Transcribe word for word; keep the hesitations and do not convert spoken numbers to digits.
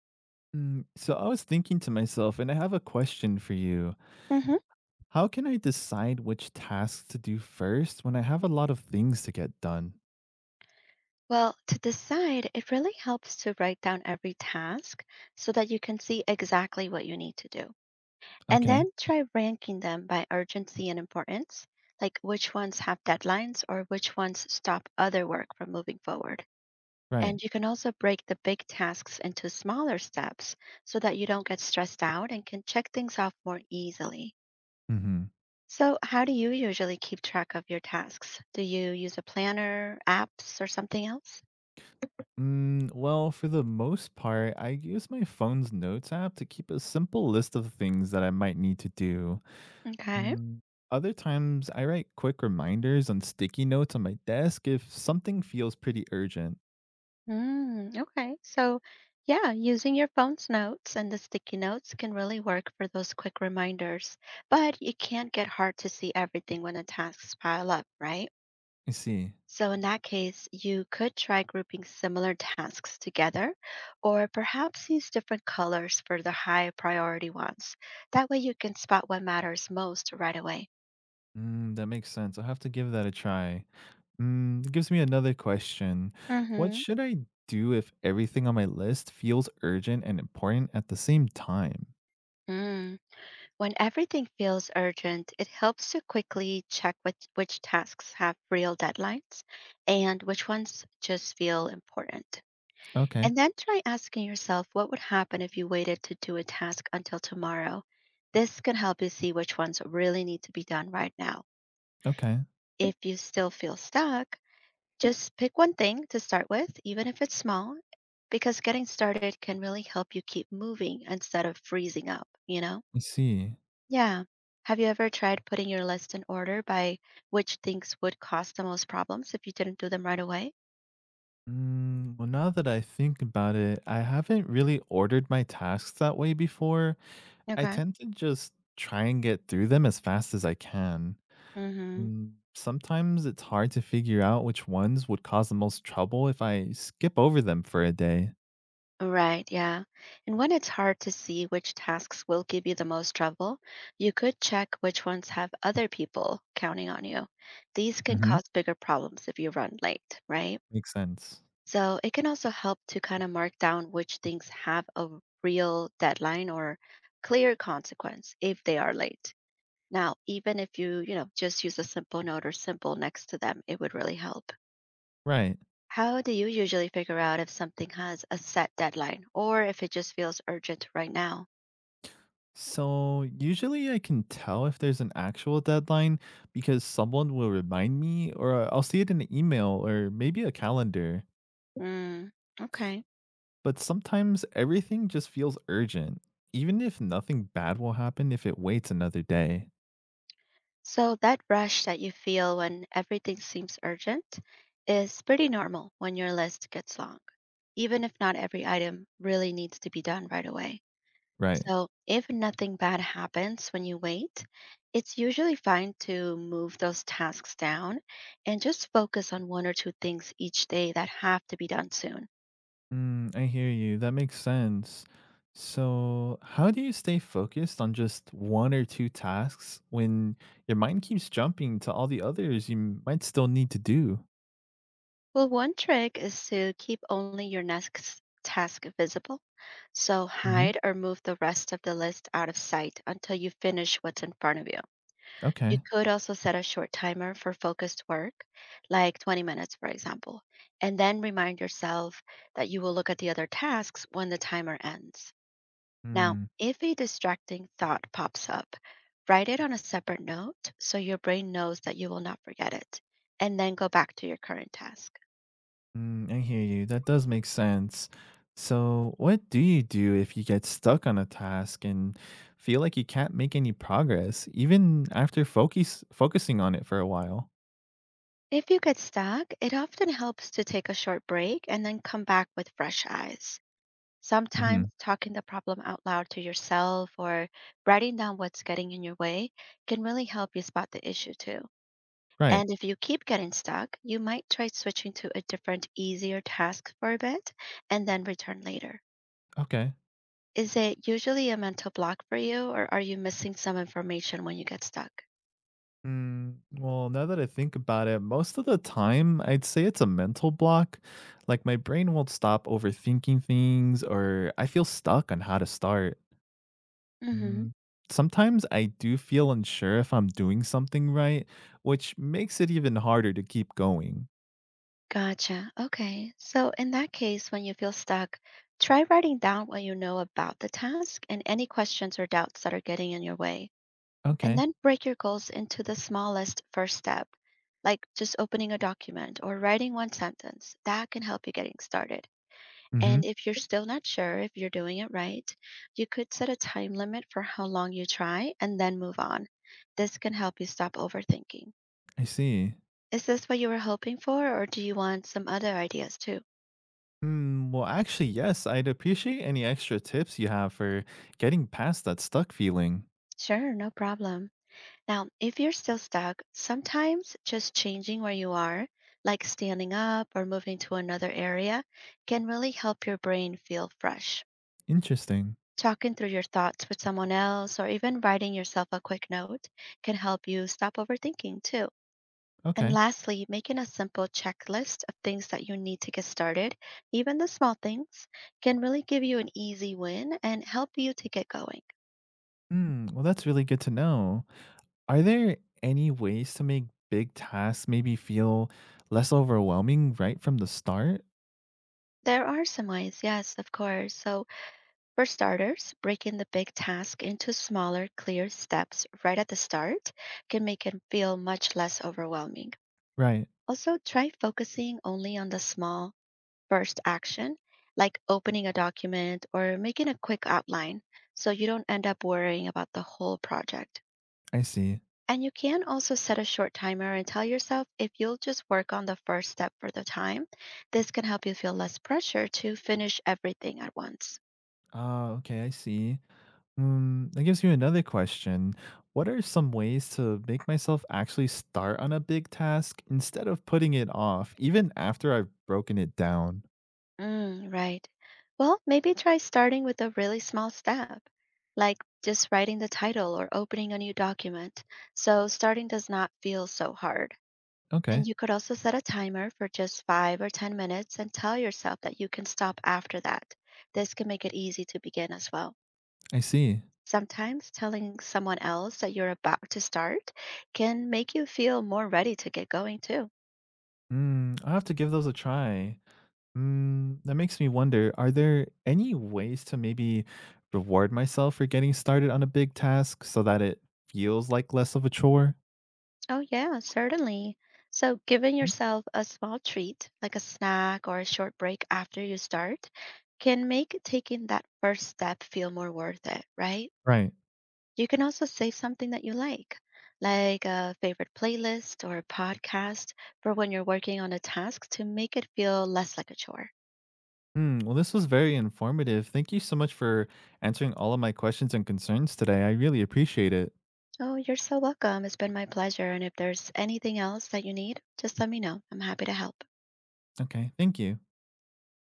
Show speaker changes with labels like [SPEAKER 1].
[SPEAKER 1] Mm, so I was thinking to myself, and I have a question for you.
[SPEAKER 2] Hmm.
[SPEAKER 1] How can I decide which tasks to do first when I have a lot of things to get done?
[SPEAKER 2] Well, to decide, it really helps to write down every task so that you can see exactly what you need to do. And
[SPEAKER 1] Okay,
[SPEAKER 2] then try ranking them by urgency and importance, like which ones have deadlines or which ones stop other work from moving forward.
[SPEAKER 1] right.
[SPEAKER 2] And you can also break the big tasks into smaller steps so that you don't get stressed out and can check things off more easily.
[SPEAKER 1] Mm-hmm.
[SPEAKER 2] So, how do you usually keep track of your tasks? Do you use a planner, apps, or something else?
[SPEAKER 1] Mm, well, for the most part, I use my phone's notes app to keep a simple list of things that I might need to do.
[SPEAKER 2] Okay.
[SPEAKER 1] Mm, Other times, I write quick reminders on sticky notes on my desk if something feels pretty urgent.
[SPEAKER 2] Mm, okay. So, yeah, using your phone's notes and the sticky notes can really work for those quick reminders, but it can get hard to see everything when the tasks pile up, right?
[SPEAKER 1] I see.
[SPEAKER 2] So, in that case, you could try grouping similar tasks together, or perhaps use different colors for the high priority ones. That way, you can spot what matters most right away.
[SPEAKER 1] Mm, that makes sense. I'll have to give that a try. Mm, gives me another question. What
[SPEAKER 2] Mm-hmm.
[SPEAKER 1] should I do if everything on my list feels urgent and important at the same time?
[SPEAKER 2] Mm. When everything feels urgent, it helps to quickly check which, which tasks have real deadlines and which ones just feel important.
[SPEAKER 1] Okay,
[SPEAKER 2] And then try asking yourself what would happen if you waited to do a task until tomorrow. This can help you see which ones really need to be done right now.
[SPEAKER 1] okay,
[SPEAKER 2] If you still feel stuck, just pick one thing to start with, even if it's small, because getting started can really help you keep moving instead of freezing up, you know?
[SPEAKER 1] I see.
[SPEAKER 2] Yeah. Have you ever tried putting your list in order by which things would cause the most problems if you didn't do them right away?
[SPEAKER 1] Mm, well, now that I think about it, I haven't really ordered my tasks that way before. I
[SPEAKER 2] Okay.
[SPEAKER 1] tend to just try and get through them as fast as I can.
[SPEAKER 2] Mm-hmm.
[SPEAKER 1] Mm, sometimes it's hard to figure out which ones would cause the most trouble if I skip over them for a day.
[SPEAKER 2] Right, yeah. And when it's hard to see which tasks will give you the most trouble, you could check which ones have other people counting on you. These can
[SPEAKER 1] Hmm.
[SPEAKER 2] cause bigger problems if you run late, right?
[SPEAKER 1] Makes sense.
[SPEAKER 2] So it can also help to kind of mark down which things have a real deadline or clear consequence if they are late. Now, even if you, you know, just use a simple note or symbol next to them, it would really help.
[SPEAKER 1] Right.
[SPEAKER 2] How do you usually figure out if something has a set deadline or if it just feels urgent right now?
[SPEAKER 1] So, usually I can tell if there's an actual deadline because someone will remind me, or I'll see it in an email or maybe a calendar.
[SPEAKER 2] Mm, okay.
[SPEAKER 1] But sometimes everything just feels urgent, even if nothing bad will happen if it waits another day.
[SPEAKER 2] So, that rush that you feel when everything seems urgent is pretty normal when your list gets long, even if not every item really needs to be done right away.
[SPEAKER 1] Right.
[SPEAKER 2] So, if nothing bad happens when you wait, it's usually fine to move those tasks down and just focus on one or two things each day that have to be done soon.
[SPEAKER 1] Mm, I hear you. That makes sense. So, how do you stay focused on just one or two tasks when your mind keeps jumping to all the others you might still need to do?
[SPEAKER 2] Well, one trick is to keep only your next task visible. So, hide
[SPEAKER 1] Hmm.
[SPEAKER 2] or move the rest of the list out of sight until you finish what's in front of you. You
[SPEAKER 1] Okay.
[SPEAKER 2] could also set a short timer for focused work, like twenty minutes, for example, and then remind yourself that you will look at the other tasks when the timer ends. Now,
[SPEAKER 1] Hmm.
[SPEAKER 2] if a distracting thought pops up, write it on a separate note so your brain knows that you will not forget it, and then go back to your current task.
[SPEAKER 1] Mm, I hear you. That does make sense. So, what do you do if you get stuck on a task and feel like you can't make any progress, even after focus focusing on it for a while?
[SPEAKER 2] If you get stuck, it often helps to take a short break and then come back with fresh eyes. Sometimes
[SPEAKER 1] Hmm.
[SPEAKER 2] talking the problem out loud to yourself or writing down what's getting in your way can really help you spot the issue too.
[SPEAKER 1] Right.
[SPEAKER 2] And if you keep getting stuck, you might try switching to a different, easier task for a bit and then return later.
[SPEAKER 1] Okay.
[SPEAKER 2] Is it usually a mental block for you, or are you missing some information when you get stuck?
[SPEAKER 1] Mm, well, now that I think about it, most of the time I'd say it's a mental block. Like my brain won't stop overthinking things, or I feel stuck on how to start.
[SPEAKER 2] Mm-hmm.
[SPEAKER 1] Mm, Sometimes I do feel unsure if I'm doing something right, which makes it even harder to keep going.
[SPEAKER 2] Gotcha. Okay. So, in that case, when you feel stuck, try writing down what you know about the task and any questions or doubts that are getting in your way. And
[SPEAKER 1] Okay.
[SPEAKER 2] then break your goals into the smallest first step, like just opening a document or writing one sentence. That can help you getting started.
[SPEAKER 1] Mm-hmm.
[SPEAKER 2] And if you're still not sure if you're doing it right, you could set a time limit for how long you try and then move on. This can help you stop overthinking.
[SPEAKER 1] I see.
[SPEAKER 2] Is this what you were hoping for, or do you want some other ideas too?
[SPEAKER 1] Hmm. Well, actually, yes, I'd appreciate any extra tips you have for getting past that stuck feeling.
[SPEAKER 2] Sure, no problem. Now, if you're still stuck, sometimes just changing where you are, like standing up or moving to another area, can really help your brain feel fresh.
[SPEAKER 1] Interesting.
[SPEAKER 2] Talking through your thoughts with someone else or even writing yourself a quick note can help you stop overthinking too. And
[SPEAKER 1] Okay.
[SPEAKER 2] lastly, making a simple checklist of things that you need to get started, even the small things, can really give you an easy win and help you to get going.
[SPEAKER 1] Hmm. Well, that's really good to know. Are there any ways to make big tasks maybe feel less overwhelming right from the start?
[SPEAKER 2] There are some ways, yes, of course. So, For starters, breaking the big task into smaller, clear steps right at the start can make it feel much less overwhelming.
[SPEAKER 1] Right.
[SPEAKER 2] Also, try focusing only on the small first action, like opening a document or making a quick outline, so you don't end up worrying about the whole project.
[SPEAKER 1] I see.
[SPEAKER 2] And you can also set a short timer and tell yourself if you'll just work on the first step for the time. This can help you feel less pressure to finish everything at once.
[SPEAKER 1] Ah, okay, I see. Mm, that gives me another question. What are some ways to make myself actually start on a big task instead of putting it off, even after I've broken it down?
[SPEAKER 2] Mm, right. Well, maybe try starting with a really small step, like just writing the title or opening a new document. So starting does not feel so hard.
[SPEAKER 1] Okay,
[SPEAKER 2] And you could also set a timer for just five or ten minutes and tell yourself that you can stop after that. This can make it easy to begin as well.
[SPEAKER 1] I see.
[SPEAKER 2] Sometimes telling someone else that you're about to start can make you feel more ready to get going too.
[SPEAKER 1] Mm, I'll have to give those a try. Mm, that makes me wonder are there any ways to maybe reward myself for getting started on a big task so that it feels like less of a chore?
[SPEAKER 2] Oh, yeah, certainly. So, giving
[SPEAKER 1] Mm.
[SPEAKER 2] yourself a small treat, like a snack or a short break after you start, can make taking that first step feel more worth it, right?
[SPEAKER 1] Right.
[SPEAKER 2] You can also save something that you like, like a favorite playlist or a podcast for when you're working on a task to make it feel less like a chore.
[SPEAKER 1] Mm, well, this was very informative. Thank you so much for answering all of my questions and concerns today. I really appreciate it.
[SPEAKER 2] Oh, you're so welcome. It's been my pleasure. And if there's anything else that you need, just let me know. I'm happy to help.
[SPEAKER 1] Okay, thank you.